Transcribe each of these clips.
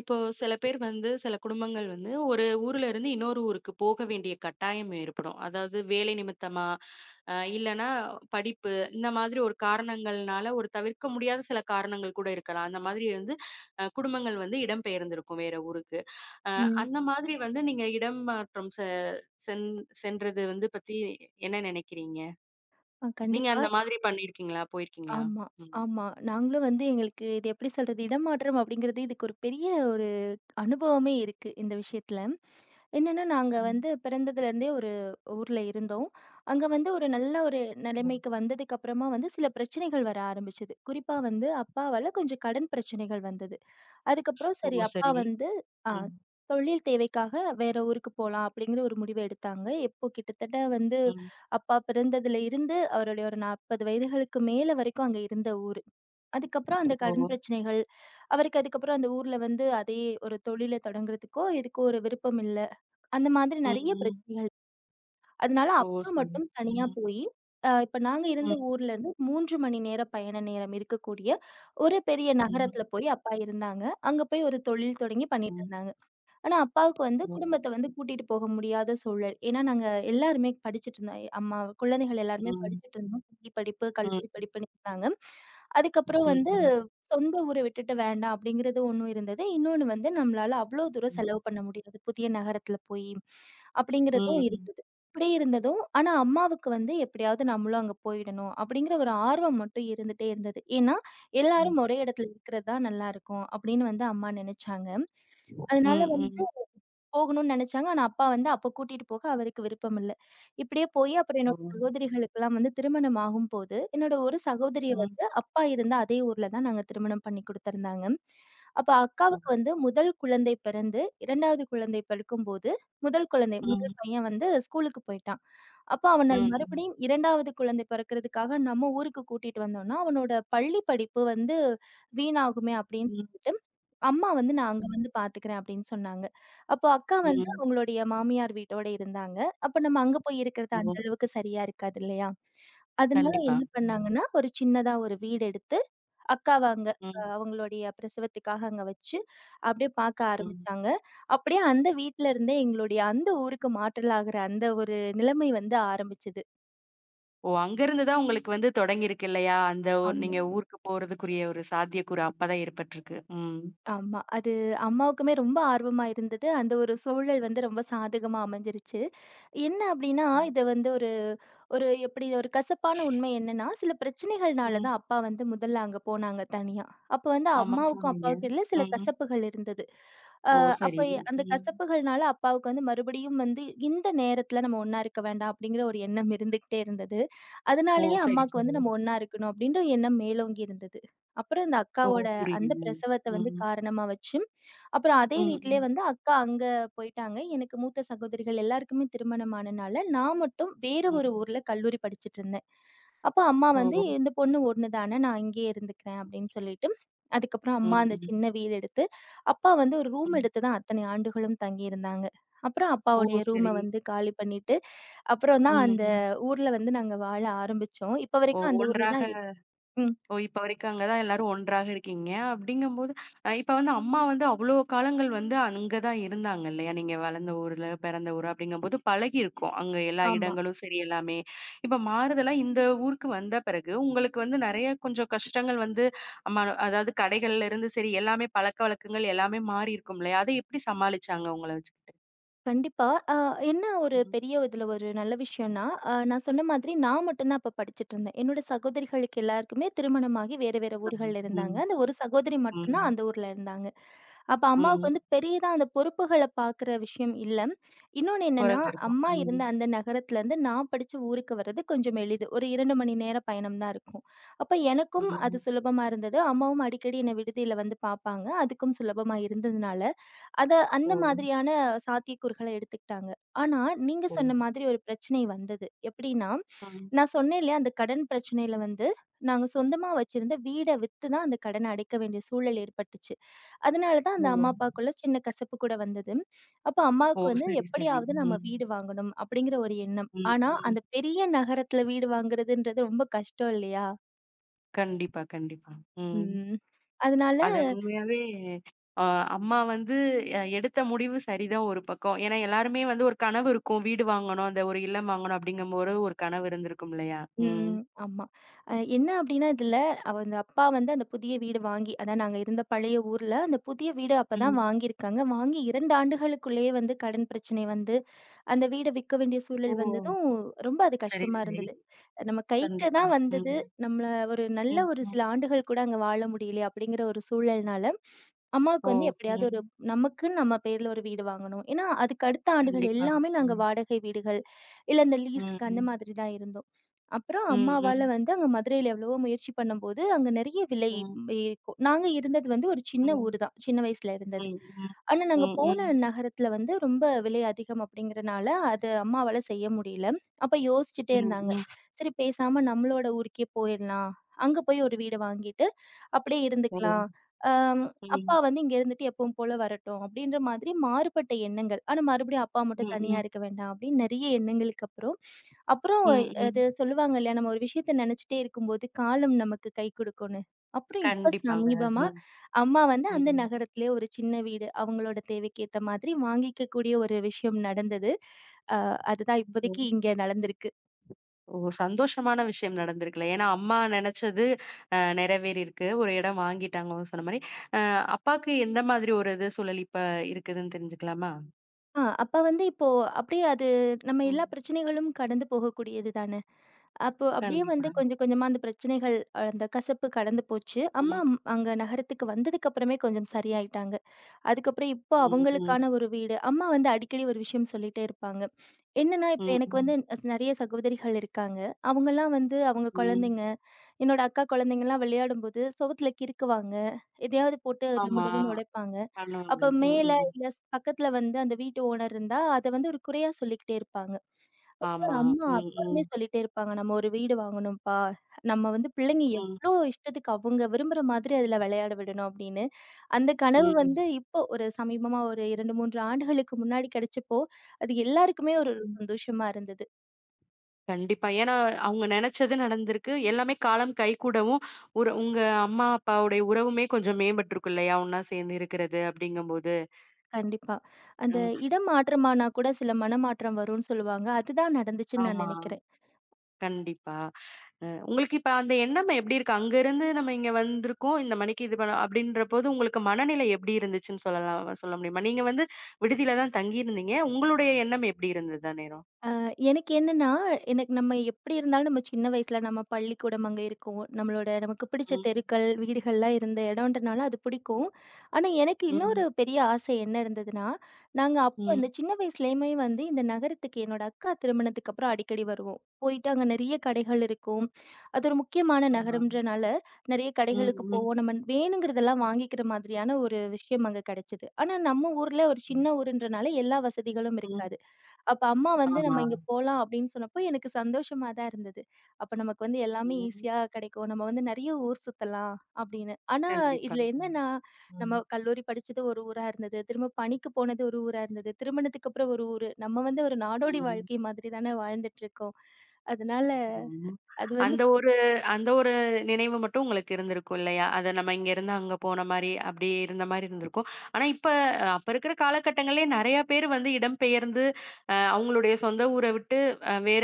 இப்போ சில பேர் வந்து சில குடும்பங்கள் வந்து ஒரு ஊர்ல இருந்து இன்னொரு ஊருக்கு போக வேண்டிய கட்டாயம் ஏற்படும். அதாவது வேலை நிமித்தமா, இல்லன்னா படிப்பு இந்த மாதிரி ஒரு காரணங்கள்னால ஒரு தவிர்க்க முடியாத சில காரணங்கள் கூட இருக்கலாம். அந்த மாதிரி வந்து குடும்பங்கள் வந்து இடம்பெயர்ந்திருக்கும் வேற ஊருக்கு. அ ம். அந்த மாதிரி வந்து நீங்க இடமாற்றம் செ சென் சென்றது வந்து பத்தி என்ன நினைக்கிறீங்க? நீங்க கண்டிப்பா. அந்த மாதிரி பண்ணியிருக்கீங்களா? போயிருக்கீங்களா? ஆமா, ஆமா. நாங்களும் வந்து எங்களுக்கு இது எப்படி சொல்றது? இடமாற்றம் அப்படிங்கிறது இதுக்கு ஒரு பெரிய ஒரு அனுபவமே இருக்கு இந்த விஷயத்துல. என்னன்னா, நாங்க ம். வந்து பிறந்ததுலேருந்தே ஒரு ஊர்ல இருந்தோம். அங்க வந்து ஒரு நல்ல ஒரு ம். நிலைமைக்கு வந்ததுக்கு அப்புறமா வந்து சில பிரச்சனைகள் வர ஆரம்பிச்சது. குறிப்பா வந்து அப்பாவால கொஞ்சம் கடன் பிரச்சனைகள் வந்தது. அதுக்கப்புறம் ஓ! சரி அப்பா சரி. வந்து ஆ ம். தொழில் தேவைக்காக வேற ஊருக்கு போலாம் அப்படிங்கிற ஒரு முடிவு எடுத்தாங்க. இப்போ கிட்டத்தட்ட வந்து ம். அப்பா பிறந்ததுல இருந்து அவருடைய ஒரு 40 வயதுகளுக்கு மேல வரைக்கும் அங்க இருந்த ஊரு. அதுக்கப்புறம் அந்த ஓ! கடன் பிரச்சனைகள், அவருக்கு அதுக்கப்புறம் அந்த ஊர்ல வந்து அதே ஒரு தொழில தொடங்குறதுக்கோ, எதுக்கோ ஒரு விருப்பம் இல்ல. அந்த மாதிரி ம். நெறைய ம். பிரச்சனைகள் அதனால ஓ! அப்பா சரி. மட்டும் தனியா ம். போயி, இப்ப நாங்க இருந்த ம், ஊர்லருந்து 3 மணி நேர பயண நேரம் இருக்கக்கூடிய ஒரு பெரிய ம், நகரத்துல போய் அப்பா இருந்தாங்க. அங்க போய் ஒரு தொழில் தொடங்கி ம், பண்ணிட்டுருந்தாங்க. ஆனா, அப்பாவுக்கு வந்து ம், குடும்பத்த வந்து கூட்டிட்டு போக முடியாத சூழல். ஏன்னா, நாங்க எல்லாருமே படிச்சுட்டுருந்தோம். அம்மா குழந்தைகள் ம், எல்லாருமே ம், படிச்சுட்டுருந்தோம். பள்ளி படிப்பு, ம், கல்லூரி படிப்புன்னு இருந்தாங்க. அதுக்கப்புறம் ம், வந்து ம், சொந்த ஊர விட்டுட்டு வேண்டாம் அப்படிங்கிறது ஒண்ணு இருந்தது. இன்னொன்னு வந்து நம்மளால அவ்ளோ தூரம் ம், செலவு பண்ண முடியாது. புதிய நகரத்துல போயி அப்படிங்கிறதும் இருந்தது. இப்படி இருந்ததும், ஆனா அம்மாவுக்கு வந்து எப்படியாவது நம்மளும் அங்க போயிடணும் அப்படிங்கிற ஒரு ஆர்வம் மட்டும் இருந்துட்டே இருந்தது. ஏன்னா, எல்லாரும் ம், ஒரே இடத்துல இருக்கிறது தான் நல்லாருக்கும் அப்படின்னு வந்து அம்மா நினைச்சாங்க. ம், அதனால ம், போகணும்னு நெனச்சாங்க. ஆனா, அப்பா வந்து அப்ப கூட்டிட்டு போக அவருக்கு விருப்பம் இல்ல. இப்படியே போயி அப்புறம் ஓ, என்னோட சகோதரிகளுக்கெல்லாம் வந்து திருமணம் ஆகும்போது, என்னோட ஒரு சகோதரிய ம், வந்து அப்பா இருந்த அதே ஊர்ல தான் நாங்க திருமணம் பண்ணி குடுத்திருந்தாங்க. அப்ப ஓ, அக்காவுக்கு வந்து முதல் குழந்தை பிறந்து, 2வது குழந்தை பிறக்கும்போது, முதல் குழந்தை ம், முதல் பையன் வந்து ஸ்கூலுக்கு போயிட்டான். அப்ப அவன ம், ம், மறுபடியும் 2வது குழந்தை பிறக்கிறதுக்காக நம்ம ஊருக்கு கூட்டிட்டு வந்தோம்னா, அவனோட பள்ளி படிப்பு வந்து வீணாகுமே அப்படின்னு ம், சொல்லிட்டு அம்மா வந்து நான் அங்க ம், வந்து பாத்துக்கிறேன் அப்படின்னு சொன்னாங்க. அப்போ அக்கா வந்து ம், அவங்களுடைய மாமியார் வீட்டோட இருந்தாங்க. அப்ப நம்ம அங்க போய் இருக்கிறது ஓ, அந்த அளவுக்கு சரியா இருக்காது இல்லையா? அதனால கண்டிப்பா. என்ன ம், பண்ணாங்கன்னா, ஒரு சின்னதா ஒரு வீடு எடுத்து அக்காவ அங்க ம், அவங்களுடைய பிரசவத்துக்காக அங்க வச்சு அப்படியே பாக்க ம். ஆரம்பிச்சாங்க. அப்படியே அந்த வீட்ல இருந்தே எங்களுடைய அந்த ஊருக்கு மாற்றல் ஆகுற அந்த ஒரு நிலைமை வந்து ஆரம்பிச்சது. ஓ! அங்கருந்து தான் உங்களுக்கு வந்து தொடங்கியிருக்கு இல்லையா? அந்த ஆமா, நீங்க ஊருக்கு போறதுக்குரிய ஒரு சாத்தியக்கூறு அப்பதான் ஏற்பட்டிருக்கு. ம். ஆமா. அது அம்மாவுக்குமே ரொம்ப ஆர்வமா இருந்தது. அந்த ஒரு சூழல் வந்து ரொம்ப சாதகமா அமைஞ்சிருச்சு. என்ன அப்டின்னா, இது வந்து ஒரு ஒரு எப்டி ஒரு கசப்பான உண்மை என்னன்னா, சில பிரச்சனைகள்னால ம். தான் அப்பா வந்து முதல்ல அங்க போனாங்க தனியா. அப்ப வந்து ஆமா அம்மாவுக்கும், சொன்னீங்க. அப்பாவுக்கும் இடையில சில ம். கசப்புகள் இருந்தது. அ ஓ! அப்ப சரி. அந்த ம். கசப்புகள்னால அப்பாவுக்கு வந்து மறுபடியும் வந்து இந்த நேரத்துல நம்ம ஒண்ணா இருக்க வேண்டாம் அப்டிங்கிற ஒரு எண்ணம் இருந்துகிட்டே இருந்தது. ஓ! அதனாலேயே சரி, அம்மாவுக்கு வந்து சரி. நம்ம ஒண்ணா இருக்கணும் அப்படின்ற எண்ணம் மேலோங்கி இருந்தது. அப்புறம் இந்த ஓ! அக்காவோட அந்த புரியுது. பிரசவத்த வந்து ம். காரணமா வச்சு, அப்புறம் அதே ம், வீட்டிலேயே ம், வந்து அக்கா அங்க போயிட்டாங்க. எனக்கு மூத்த சகோதரிகள் எல்லாருக்குமே திருமணம் ஆனனால, நான் மட்டும் வேற ஒரு ம். ஊர்ல கல்லூரி படிச்சுட்டு இருந்தேன். அப்ப அம்மா ஓ! வந்து "இந்த பொண்ணு ஒண்ணு தானே, நான் இங்கேயே இருந்துக்கிறேன்" அப்படின்னு சொல்லிட்டு, அதுக்கப்புறம் அம்மா ம், அந்த ம். சின்ன வீடு எடுத்து, அப்பா வந்து ஒரு ரூம் ம். எடுத்து தான் அத்தனை ஆண்டுகளும் தங்கியிருந்தாங்க. அப்புறம் ஓ! அப்பாவுடைய ரூம சரி. வந்து காலி பண்ணிட்டு, அப்புறம் தான் ம், அந்த ம். ஊர்ல வந்து நாங்க வாழ ஆரம்பிச்சோம். இப்ப ஓ! வரைக்கும் அந்த ஊர்ல ஒன்றாக. தான் இரு ம். ஓ! இப்ப வரைக்கும் அங்க தான் எல்லாரும் ஒன்றாக இருக்கீங்க. அப்படிங்கும்போது இப்ப வந்து அம்மா வந்து அவ்வளோ காலங்கள் வந்து அங்க தான் இருந்தாங்க இல்லையா? நீங்க வளர்ந்த ஊர்ல, பிறந்த ஊர் அப்படிங்கும்போது பழகியிருக்கும். அங்க எல்லா ஆமா. இடங்களும் சரி எல்லாமே. இப்ப மாறுதலா இந்த ஊருக்கு வந்த பிறகு உங்களுக்கு வந்து நெறைய கொஞ்சம் கஷ்டங்கள் வந்து அம்மா அதாவது கடைகள்ல இருந்து சரி எல்லாமே பழக்கவழக்கங்கள் எல்லாமே மாறி இருக்கும் இல்லையா? அதை எப்படி சமாளிச்சாங்க உங்கள வச்சுக்கிட்டு? கண்டிப்பா. அ என்ன ஒரு ம். பெரிய இதில ஒரு நல்ல விஷயம்னா, நான் சொன்ன மாதிரி நான் மட்டும் தான் அப்ப படிச்சுட்டுருந்தேன். என்னோட சகோதரிகளுக்கு எல்லாருக்குமே திருமணமாகி வேற வேற ஆமா. ஊர்கள்ல இருந்தாங்க. ம், அந்த ஒரு சகோதரி மட்டும் ம், தான் அந்த ஊர்ல இருந்தாங்க. அப்ப அம்மாவுக்கு ம். வந்து பெரியதா அந்த பொறுப்புகள பார்க்குற விஷயம் இல்ல. இன்னொன்னு என்னன்னா, குறைஞ்சிருக்கும். அம்மா ம், இருந்த அந்த நகரத்திலேருந்து நான் படிச்ச ஊருக்கு வர்றது கொஞ்சம் எளிது. ஒரு 2 மணி நேர பயணம் தான் இருக்கும். அப்ப எனக்கும் அது ம். சுலபமா இருந்தது. அம்மாவும் அடிக்கடி என்ன விடுதியில வந்து பார்ப்பாங்க. அதுக்கும் சுலபமா இருந்ததுனால, அத அந்த ஓ! மாதிரியான சாத்தியக்கூறுகள எடுத்துக்கிட்டாங்க. ஆனா, நீங்க ஓ! சொன்ன மாதிரி ஒரு பிரச்சனை வந்தது. எப்படின்னா, ஆ. நான் சொன்னேன் இல்லையா, அந்த கடன் பிரச்சனையில வந்து நாங்க சொந்தமா வச்சிருந்த வீட வித்து தான் அந்த கடன அடைக்க வேண்டிய சூழல் ஏற்பட்டுச்சு. அதனால தான் ஓ! அந்த அம்மா, அப்பாக்குள்ள சின்ன கசப்பு கூட வந்தது. அப்போ ஓ! அம்மாவுக்கு வந்து சரி, சரி. எப்படியாவது நம்ம ம். வீடு வாங்கணும் அப்படிங்கிற ஒரு எண்ணம். ம், ஆனா, ம். அந்த பெரிய நகரத்துல வீடு வாங்குறதுன்றது ரொம்ப கஷ்டம் இல்லையா? கண்டிப்பா, கண்டிப்பா. ம். ம். அதனால அது உண்மையாவே அ அம்மா வந்து எடுத்த முடிவு சரிதான் ஒரு பக்கம். ஏன்னா, எல்லாருமே வந்து ஒரு கனவு இருக்கும். வீடு வாங்கணும், அந்த ஒரு இல்லம் வாங்கணும் அப்படிங்கும்போது ஒரு கனவு இருந்திருக்கும் இல்லையா? ம். ஆமா. என்ன அப்டின்னா இதுல அவ அந்த அப்பா வந்து அந்த புதிய வீடு வாங்கி அதான் நாங்க இருந்த பழைய ஊர்ல அந்த புதிய வீடு அப்பதான் ம். வாங்கியிருக்காங்க. வாங்கி 2 ஆண்டுகளுக்குள்ளேயே வந்து கடன் பிரச்சனை வந்து, அந்த வீட விக்க வேண்டிய ஓ! சூழல் வந்ததும், ரொம்ப அது சரி, கஷ்டமா சரி. இருந்தது. நம்ம கைக்கு கண்டிப்பா. தான் வந்தது. ம். நம்மள ஒரு நல்ல ம், ஒரு ம். சில ஆண்டுகள் கூட அங்க வாழ முடியலையே அப்டிங்கிற ஒரு சூழல்னால, அம்மாவுக்கு ஓ! வந்து எப்டியாவது ம். ஒரு நமக்குன்னு நம்ம பேர்ல ஒரு வீடு வாங்கணும். ஏன்னா, அதுக்கு அடுத்த ஆண்டுகள் கண்டிப்பா. எல்லாமே நாங்க ம். வாடகை வீடுகள், இல்ல இந்த ம். லீஸுக்கு அந்த ம். மாதிரி தான் இருந்தோம். அப்புறம் ம். அம்மாவால ம். வந்து அங்க மதுரையில எவ்வளவோ முயற்சி பண்ணும்போது, அங்க நெறைய விலை ம், இருக்கும். நாங்க இருந்தது வந்து ஒரு சின்ன ம். ஊரு தான். சின்ன வயசுல இருந்தது. ம், ம். ஆனா, நாங்க ம், போன ம். நகரத்துல வந்து ரொம்ப விலை அதிகம் அப்படிங்கிறனால, அது அம்மாவால செய்ய முடியல. அப்ப யோசிச்சுட்டே ம், இருந்தாங்க. ம். சரி பேசாம நம்மளோட ஊருக்கே போயிரலாம். அங்க போய் ஒரு வீடு வாங்கிட்டு, அப்படியே ஓ! இருந்துக்கலாம். அம் அப்பா ம். வந்து இங்க இருந்துட்டு எப்பவும் போல வரட்டும், அப்படின்ற மாதிரி மாறுபட்ட எண்ணங்கள். ஆனா, மறுபடியும் அப்பா ம். மட்டும் தனியா ம். இருக்க வேண்டாம் அப்படின்னு நெறைய எண்ணங்களுக்கு அப்புறம் அப்புறம் ம், அது ம். சொல்லுவாங்க இல்லையா, நம்ம ஒரு விஷயத்த நெனச்சுட்டே இருக்கும்போது, காலம் நமக்கு கை குடுக்கும்ன்னு. அப்புறம் இப்ப கண்டிப்பாங்க. சமீபமா, ம், அம்மா வந்து அந்த ம். நகரத்திலேயே ஒரு சின்ன வீடு, அவங்களோட தேவைக்கேத்த மாதிரி வாங்கிக்கக்கூடிய ஒரு விஷயம் நடந்தது. அ அதுதான் ஓ! இப்போதைக்கு இங்க நடந்திருக்கு. ஓ! சந்தோஷமான விஷயம் நடந்திருக்குல்ல. ஏன்னா, அம்மா நெனச்சது நிறைவேறியிருக்கு. ஒரு இடம் வாங்கிட்டாங்க அவங்க சொன்ன மாரி. அ அப்பாக்கு எந்த மாதிரி ஒரு இது சூழல் இப்ப இருக்குதுன்னு தெரிஞ்சுக்கலாமா? அப்ப வந்து இப்போ அப்படியே அது நம்ம ம். எல்லா பிரச்சனைகளும் கடந்து போகக்கூடியது தானே! அப்போ அப்படியே வந்து கண்டிப்பா. கொஞ்சம் கொஞ்சமா அந்த பிரச்சனைகள், அந்த கசப்பு கடந்து போச்சு. அம்மா ம், ம், அங்க நகரத்துக்கு வந்ததுக்கு அப்புறமே கொஞ்சம் சரியாயிட்டாங்க. அதுக்கப்புறம் இப்போ ம், ம், அவங்களுக்கான ஒரு வீடு. அம்மா வந்து அடிக்கடி ஒரு விஷயம் சொல்லிட்டே இருப்பாங்க. என்னன்னா, இப்போ ம், எனக்கு வந்து ம், நெறைய சகோதரிகள் இருக்காங்க. அவங்கலாம் வந்து அவங்க ம். குழந்தைங்க, என்னோட அக்கா குழந்தைங்கலாம் விளையாடும்போது சுவத்துல கிறுக்குவாங்க. எதையாவது போட்டு டமு ஆமா. டமுன்னு உடைப்பாங்க. பண்ணுவாங்க. அப்ப ம், மேல ம். இல்ல பக்கத்துல வந்து அந்த வீட்டு ஓனர் இருந்தா, அத வந்து ஒரு குறையா சொல்லிக்கிட்டே இருப்பாங்க. ஆமா. அம்மா ம், ம், அப்பருந்தே சொல்லிட்டே இருப்பாங்க. "நம்ம ஒரு வீடு வாங்கணும்ப்பா. நம்ம வந்து பிள்ளைங்க ம், எவ்ளோ இஷ்டத்துக்கு அவங்க விரும்புற மாதிரி அதுல விளையாட விடணும்." அப்படின்னு. அந்த கனவு வந்து இப்போ ஒரு சமீபமா ஒரு 2, 3 ஆண்டுகளுக்கு முன்னாடி கிடைச்சப்போ, அது எல்லாருக்குமே ஒரு ம். சந்தோஷமா இருந்தது. கண்டிப்பா. ஏன்னா, அவங்க நெனச்சது நடந்திருக்கு. எல்லாமே காலம் கைகூடவும், ஒரு உங்க அம்மா, அப்பாவுடைய உறவுமே கொஞ்சம் மேம்பட்டுருக்கும் இல்லையா? ஒண்ணா சேர்ந்து இருக்கிறது அப்படிங்கும்போது. கண்டிப்பா. அந்த ம். இடம் மாற்றமானா கூட சில மனமாற்றம் வரும்னு சொல்லுவாங்க. அதுதான் நடந்துச்சுன்னு நான் ஆமா. நினைக்கிறேன். கண்டிப்பா. உங்களுக்கு இப்ப அந்த எண்ணம் எப்படி இருக்கு? அங்க இருந்து நம்ம இங்க வந்திருக்கோம். இந்த மணிக்கு இது பண்ண அப்படின்ற போது உங்களுக்கு மனநிலை எப்படி இருந்துச்சுன்னு சொல்லலாம் சொல்ல முடியுமா? நீங்க வந்து விடுதியில தான் தங்கியிருந்தீங்க. உங்களுடைய எண்ணம் எப்படி இருந்தது அந்நேரம்? எனக்கு என்னன்னா, எனக்கு நம்ம எப்படி இருந்தாலும் நம்ம சின்ன வயசுல நம்ம பள்ளிக்கூடம் அங்க இருக்கும். நம்மளோட நமக்கு பிடிச்ச ம். தெருக்கள், வீடுகள்லாம் இருந்த இடம்ன்றனால அது பிடிக்கும். ஆனா, எனக்கு இன்னொரு ம். பெரிய ஆசை என்ன இருந்ததுன்னா, நாங்க அப்ப அந்த ம். சின்ன வயசுலயுமே வந்து இந்த நகரத்துக்கு என்னோட அக்கா திருமணத்துக்கு அப்புறம் அடிக்கடி வருவோம். போயிட்டு அங்க நிறைய கடைகள் இருக்கும். அது ஒரு முக்கியமான ஆமா. நகரம்ன்றனால நிறைய ம். கடைகளுக்கு ம். போவோம். நம்ம வேணுங்கிறதெல்லாம் வாங்கிக்கிற மாதிரியான ஒரு விஷயம் அங்க கிடைச்சது. ஆனா, நம்ம ஊர்ல ஒரு ம். சின்ன ஊருன்றனால எல்லா வசதிகளும் ம், இருக்காது. அப்ப அம்மா வந்து ஆமா. நம்ம இங்க போலாம் அப்படின்னு சொன்னப்போ எனக்கு சந்தோஷமா தான் இருந்தது. அப்ப நமக்கு வந்து எல்லாமே ம். ஈஸியா கிடைக்கும். நம்ம வந்து நெறைய ஊர் சுத்தலாம் அப்படின்னு. ஆனா கண்டிப்பா. இதுல என்னன்னா, ம். நம்ம கல்லூரி படிச்சது ஒரு ஊரா இருந்தது. திரும்ப பணிக்கு போனது ஒரு ஊரா இருந்தது. திருமணத்துக்கு அப்புறம் ஒரு ஊரு. நம்ம வந்து ஒரு நாடோடி ம். வாழ்க்கை மாதிரி தானே வாழ்ந்துட்டு இருக்கோம். அதனால ஆமா. அது வந்து அந்த ஒரு அந்த ஒரு நினைவு மட்டும் உங்களுக்கு இருந்திருக்கும் இல்லையா? அத நம்ம இங்கேருந்து அங்க போன மாரி, அப்படி இருந்த மாரி இருந்திருக்கும். ஆனா இப்ப அப்ப இருக்கிற காலகட்டங்கள்லயே நெறைய பேர் வந்து இடம்பெயர்ந்து, அவங்களுடைய சொந்த ஊர விட்டு வேற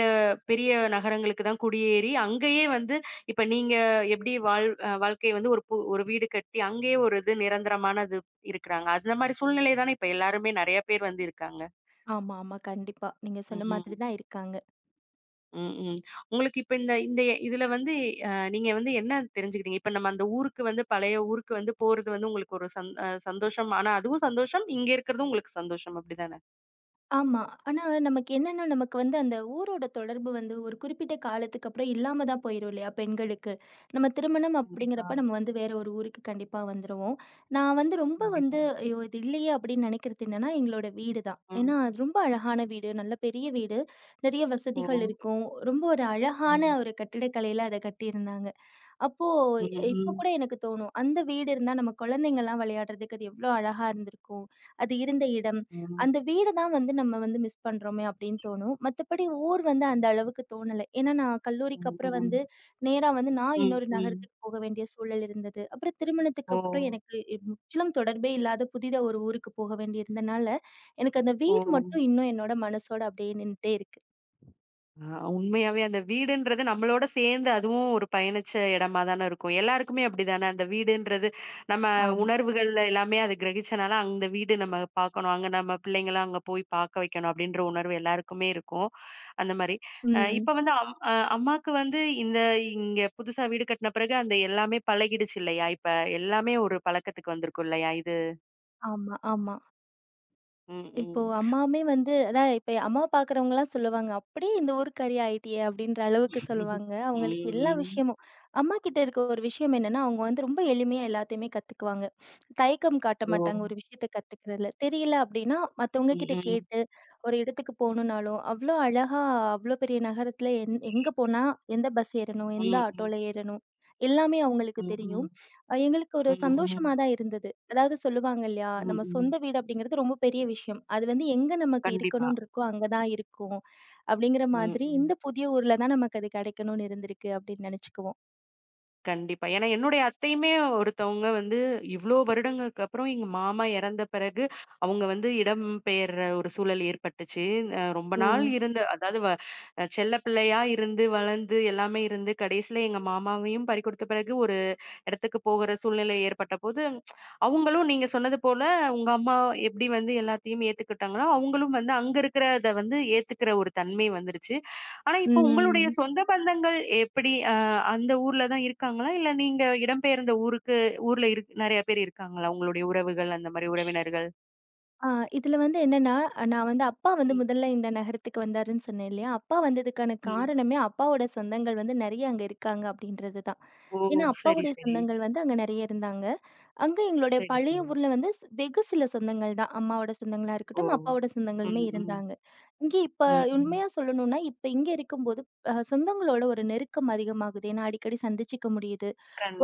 பெரிய நகரங்களுக்கு தான் குடியேறி, அங்கேயே வந்து இப்ப நீங்க எப்படி வாழ்க்கை வந்து ஒரு ஒரு வீடு கட்டி, அங்கேயே ஒரு இது நிரந்தரமானது இருக்கிறாங்க. அந்த மாரி சூழ்நிலை தானே இப்ப எல்லாருமே நெறைய பேர் வந்து இருக்காங்க. ஆமா, ஆமா. கண்டிப்பா. நீங்க சொன்ன ம். மாதிரி தான் இருக்காங்க. ம், ம். உங்களுக்கு இப்ப இந்த இந்த இதுல வந்து நீங்க வந்து என்ன தெரிஞ்சுக்கிட்டீங்க? இப்ப நம்ம அந்த ஊருக்கு வந்து பழைய ஊருக்கு வந்து போறது வந்து உங்களுக்கு ஒரு சந்தோஷம். ஆனா அதுவும் சந்தோஷம். இங்க இருக்கிறதும் உங்களுக்கு சந்தோஷம். அப்படிதானே? ஆமா. ஆனா நமக்கு என்னன்னா, நமக்கு வந்து அந்த ஊரோட தொடர்பு வந்து ஒரு குறிப்பிட்ட காலத்துக்கு அப்புறம் இல்லாம தான் போயிரும் இல்லையா? பெண்களுக்கு. நம்ம திருமணம் கண்டிப்பா, அப்படிங்கிறப்ப நம்ம வந்து வேற ஒரு ஊருக்கு கண்டிப்பா வந்துருவோம். நான் வந்து ரொம்ப கண்டிப்பா. வந்து ஐயோ! இது இல்லையே அப்படின்னு நினைக்கிறது என்னன்னா, எங்களோட வீடு தான். ம். ஏன்னா, அது ரொம்ப அழகான வீடு. நல்ல பெரிய வீடு. நெறைய ஓ! வசதிகள் இருக்கும். ரொம்ப ஒரு அழகான ம். ஒரு கட்டிடக்கலையில அத கட்டியிருந்தாங்க. அப்போ ம், இப்ப ம். கூட எனக்கு தோணும், அந்த வீடு இருந்தா நம்ம குழந்தைங்கலாம் விளையாடுறதுக்கு அது எவ்ளோ அழகா இருந்திருக்கும். அது இருந்த இடம். ம். அந்த வீடு தான் வந்து நம்ம வந்து மிஸ் பண்றோமே அப்படின்னு தோணும். மத்தபடி ஊர் வந்து அந்த அளவுக்கு தோணல. ஏன்னா நான் கல்லூரிக்கு ம். அப்புறம் ம். வந்து நேரா வந்து நான் ம். இன்னொரு ம். நகரத்துக்கு போக வேண்டிய சூழல் இருந்தது. அப்புறம் ஓ! திருமணத்துக்கு அப்புறம் எனக்கு முற்றிலும் தொடர்பே இல்லாத புதிதா ஒரு ஊருக்கு போக வேண்டியிருந்தனால, எனக்கு அந்த ஓ! வீடு மட்டும் இன்னும் என்னோட மனசோட அப்படியே நின்னுட்டே இருக்கு. ஆ. உண்மையாவே அந்த வீடுன்றது நம்மளோட சேர்ந்து அதுவும் ஒரு பயணிச்ச இடமா தானே இருக்கும். எல்லாருக்குமே அப்படிதானே அந்த வீடுன்றது, நம்ம ஆமா. உணர்வுகள்ல எல்லாமே அது கிரகிச்சனால அந்த வீடு நம்ம பார்க்கணும். அங்க நம்ம பிள்ளைங்கள அங்க போய் பார்க்க வைக்கணும் அப்படின்ற உணர்வு எல்லாருக்குமே இருக்கும். அந்த மாரி. ம். இப்ப வந்து அம்மாக்கு வந்து இந்த இங்க புதுசா வீடு கட்டின பிறகு அந்த எல்லாமே பழகிடுச்சு இல்லையா? இப்ப எல்லாமே ஒரு பழக்கத்துக்கு வந்திருக்கும் இல்லையா இது? ஆமா, ஆமா. ம், இப்போ ம். அம்மாவுமே வந்து அதான் இப்ப அம்மாவ பார்க்குறவங்கலாம் சொல்லுவாங்க, "அப்படியே இந்த ஊர்க்காரி ஆயிட்டியே!" அப்படின்ற அளவுக்கு ம், சொல்லுவாங்க. அவங்களுக்கு எல்லா ம். விஷயமும் அம்மா கிட்ட இருக்க ஒரு விஷயம் என்னன்னா, அவங்க வந்து ரொம்ப எளிமையா எல்லாத்தையுமே கத்துக்குவாங்க. தயக்கம் காட்ட ஓ! மாட்டாங்க ஒரு விஷயத்த கத்துக்கிறதுல. தெரியல அப்படின்னா, ம், மத்தவங்க கிட்ட ஓ ம். கேட்டு, ஒரு இடத்துக்கு போகணும்னாலும், அவ்வளோ அழகா அவ்வளோ பெரிய நகரத்தில எங்க போனா எந்த பஸ் ஏறணும்? எந்த ம், ம். ஆட்டோல ஏறணும்? எல்லாமே அவங்களுக்கு ம், தெரியும். ம். எங்களுக்கு ஒரு ம், சந்தோஷமா ம். தான் இருந்தது. அதாவது சொல்லுவாங்க இல்லையா? ம், நம்ம ம். சொந்த வீடு அப்படிங்கிறது ரொம்ப பெரிய விஷயம். அது வந்து எங்க நமக்கு கண்டிப்பா. இருக்கணும்னு இருக்கோ, அங்க தான் இருக்கும். அப்படிங்கிற ம், மாதிரி இந்த ம். புதிய ஊர்ல தான் நமக்கு அது கிடைக்கணும்னு இருந்திருக்கு அப்படின்னு நெனச்சுக்குவோம். கண்டிப்பா. ஏன்னா என்னுடைய அத்தையுமே ஒருத்தவங்க வந்து இவ்ளோ வருடங்களுக்கு அப்புறம் எங்க மாமா இறந்த பிறகு அவங்க வந்து இடம் பெயர்ற ஒரு சூழல் ஏற்பட்டுச்சு. ரொம்ப ஓ! நாள் இருந்த அதாவது செல்ல பிள்ளையா இருந்து வளர்ந்து எல்லாமே இருந்து கடைசியில எங்க மாமாவையும் பறிகொடுத்த பிறகு ஒரு இடத்துக்கு போகுற சூழ்நிலை ஏற்பட்டபோது, அவங்களும் நீங்க சொன்னது போல, உங்க அம்மா எப்படி வந்து எல்லாத்தையும் ஏத்துக்கிட்டாங்களோ, அவங்களும் வந்து அங்க இருக்கிறத வந்து ஏத்துக்கிற ஒரு தன்மை வந்துருச்சு. ஆனா, இப்போ உங்களுடைய ம். சொந்த பந்தங்கள் எப்படி அந்த ஊர்ல தான் இருக்காங்களா? இல்ல நீங்க இடம்பெயர்ந்த ஊருக்கு ஊர்ல நெறைய பேர் இருக்காங்களா? உங்களுடைய உறவுகள், அந்த மாரி உறவினர்கள்? ஆ இதுல வந்து என்னன்னா, நான் வந்து அப்பா வந்து ம், முதல்ல இந்த நகரத்துக்கு வந்தாருன்னு சொன்னேன் இல்லையா? அப்பா வந்ததுக்கான ம். காரணமே அப்பாவோட சொந்தங்கள் வந்து நெறைய அங்க இருக்காங்க அப்படின்றது தான். ஓ! ஏன்னா சரி, அப்பாவுடைய சரி. சொந்தங்கள் வந்து அங்க நெறைய இருந்தாங்க. அங்க எங்களுடைய சரி, பழைய சரி. ஊர்ல வந்து வெகு சில சொந்தங்கள் தான். அம்மாவோட சொந்தங்களா ஓ! இருக்கட்டும், அப்பாவோட சொந்தங்களுமே ம், ம். இருந்தாங்க. இங்க இப்ப ம், ம். உண்மையா சொல்லணும்னா, இப்ப இங்க இருக்கும்போது சொந்தங்களோட ஒரு நெருக்கம் அதிகமாகுது. ஏன்னா அடிக்கடி சந்திச்சுக்க முடியுது.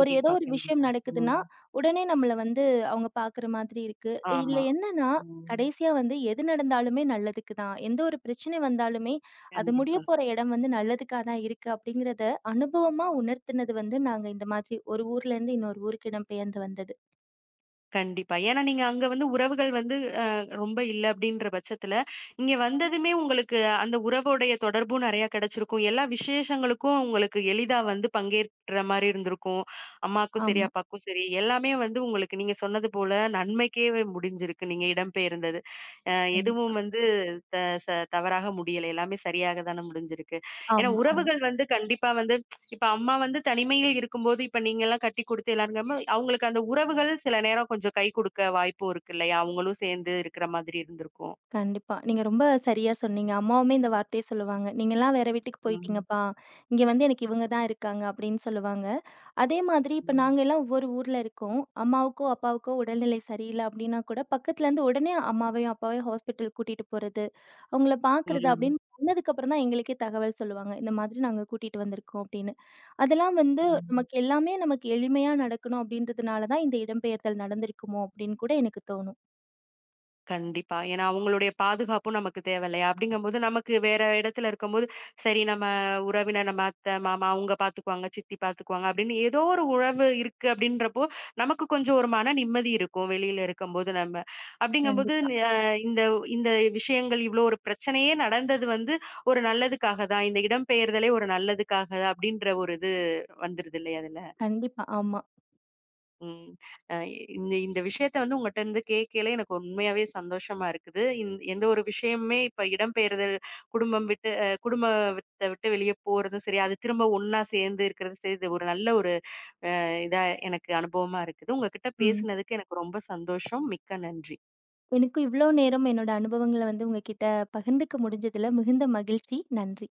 ஒரு ஏதோ ஒரு விஷயம் கண்டிப்பா. ம். நடக்குதுன்னா, உடனே நம்மள வந்து அவங்க பார்க்குற மாதிரி இருக்கு. இல்ல ஆமா. என்னன்னா, ம். கடைசியா வந்து எது நடந்தாலுமே நல்லதுக்கு தான். எந்த ஒரு பிரச்சனை வந்தாலுமே, அது கண்டிப்பா. முடியப்போற இடம் வந்து நல்லதுக்கா தான் இருக்கு அப்படிங்கிறத அனுபவமா உணர்த்தினது வந்து நாங்க இந்த மாதிரி ஒரு ஊர்லேருந்து இன்னொரு ஊருக்கு இடம் பெயர்ந்து வந்தது. கண்டிப்பா. ஏன்னா நீங்க அங்க வந்து உறவுகள் வந்து அ ரொம்ப இல்ல அப்படின்ற பட்சத்துல, இங்க வந்ததுமே உங்களுக்கு அந்த உறவோடைய தொடர்பும் நெறையா கிடைச்சிருக்கும். எல்லா விசேஷங்களுக்கும் உங்களுக்கு எளிதா வந்து பங்கேற்ற மாரி இருந்திருக்கும். அம்மாக்கும் சரி, ஆமா, அப்பாக்கும் சரி, எல்லாமே வந்து உங்களுக்கு நீங்க சொன்னது போல நன்மைக்கே முடிஞ்சிருக்கு. நீங்க இடம்பெயர்ந்தது. அ ஆமா, எதுவும் வந்து த ச தவறாக முடியல. எல்லாமே சரியாக தான முடிஞ்சிருக்கு. ஏன்னா ஆமா, ஆமா. உறவுகள் வந்து கண்டிப்பா வந்து இப்ப அம்மா வந்து தனிமையில் இருக்கும்போது, இப்ப நீங்கலாம் கட்டி குடுத்து எல்லாருங்கம்ம அவங்களுக்கு அந்த உறவுகள் சில நேரம் கொஞ்சம் கை குடுக்க வாய்ப்பும் இருக்கு இல்லையா? அவங்களும் சேர்ந்து இருக்கிற மாதிரி இருந்திருக்கும். கண்டிப்பா. நீங்க ரொம்ப சரியா சொன்னீங்க. அம்மாவுமே இந்த வார்த்தைய சொல்லுவாங்க. "நீங்கலாம் வேற வீட்டுக்கு ம், போயிட்டீங்கப்பா. இங்க வந்து எனக்கு இவங்க தான் இருக்காங்க." அப்படின்னு சொல்லுவாங்க. அதே மாதிரி இப்ப நாங்க ம், எல்லாம் ஒவ்வொரு ஊர்ல இருக்கோம். அம்மாவுக்கோ, அப்பாவுக்கோ உடல்நிலை சரியில்ல அப்படின்னா கூட, பக்கத்துலருந்து உடனே அம்மாவையும், அப்பாவையும் ஹாஸ்பிட்டல் கூட்டிட்டு போறது, அவங்கள பார்க்கறது ம், அப்படின்னு பண்ணதுக்கப்புறம் தான் எங்களுக்கே தகவல் சொல்லுவாங்க. இந்த மாதிரி நாங்க கூட்டிட்டு வந்திருக்கோம் அப்படின்னு. அதெல்லாம் வந்து ம். ம். நமக்கு எல்லாமே நமக்கு எளிமையா நடக்கணும் அப்படின்றதுனால தான் இந்த இடம்பெயர்தல் நடந்திருக்குமோ அப்படின்னு கூட எனக்கு தோணும். கண்டிப்பா. ஏன்னா அவங்களுடைய பாதுகாப்பும் நமக்கு தேவை இல்லையா? அப்படிங்கும்போது நமக்கு வேற இடத்துல இருக்கும்போது, சரி நம்ம உறவினர் நம்ம அத்தை, மாமா அவங்க பார்த்துக்குவாங்க, சித்தி பார்த்துக்குவாங்க அப்படின்னு ஏதோ ஒரு உறவு இருக்கு அப்படின்றப்போ, நமக்கு கொஞ்சம் ஒரு மன நிம்மதி இருக்கும் வெளியில இருக்கும்போது நம்ம. அப்படிங்கும்போது கண்டிப்பா. அ இந்த இந்த விஷயங்கள் இவ்வளோ ஒரு பிரச்சனையே நடந்தது வந்து ஒரு நல்லதுக்காக தான். இந்த இடம்பெயர்தலே ஒரு நல்லதுக்காக அப்படின்ற ஒரு இது வந்துருது இல்லையா அதுல? கண்டிப்பா. ஆமா. ம். அ இந்த இந்த விஷயத்த வந்து உங்கட்ட இருந்து கேட்கையில எனக்கு உண்மையாவே சந்தோஷமா இருக்குது. எந்த ஒரு விஷயமுமே இப்ப இடம்பெயர்தல், குடும்பம் விட்டு குடும்பத்த விட்டு வெளிய போறதும் சரி, அது திரும்ப ஒண்ணா சேர்ந்து இருக்கிறதும் சரி, இது ஒரு நல்ல ஒரு இதா எனக்கு அனுபவமா இருக்குது. உங்ககிட்ட ம். பேசினதுக்கு எனக்கு ரொம்ப சந்தோஷம். மிக்க நன்றி. எனக்கும் இவ்ளோ நேரம் என்னோட அனுபவங்கள வந்து உங்ககிட்ட பகிர்ந்துக்க முடிஞ்சதுல மிகுந்த மகிழ்ச்சி. நன்றி.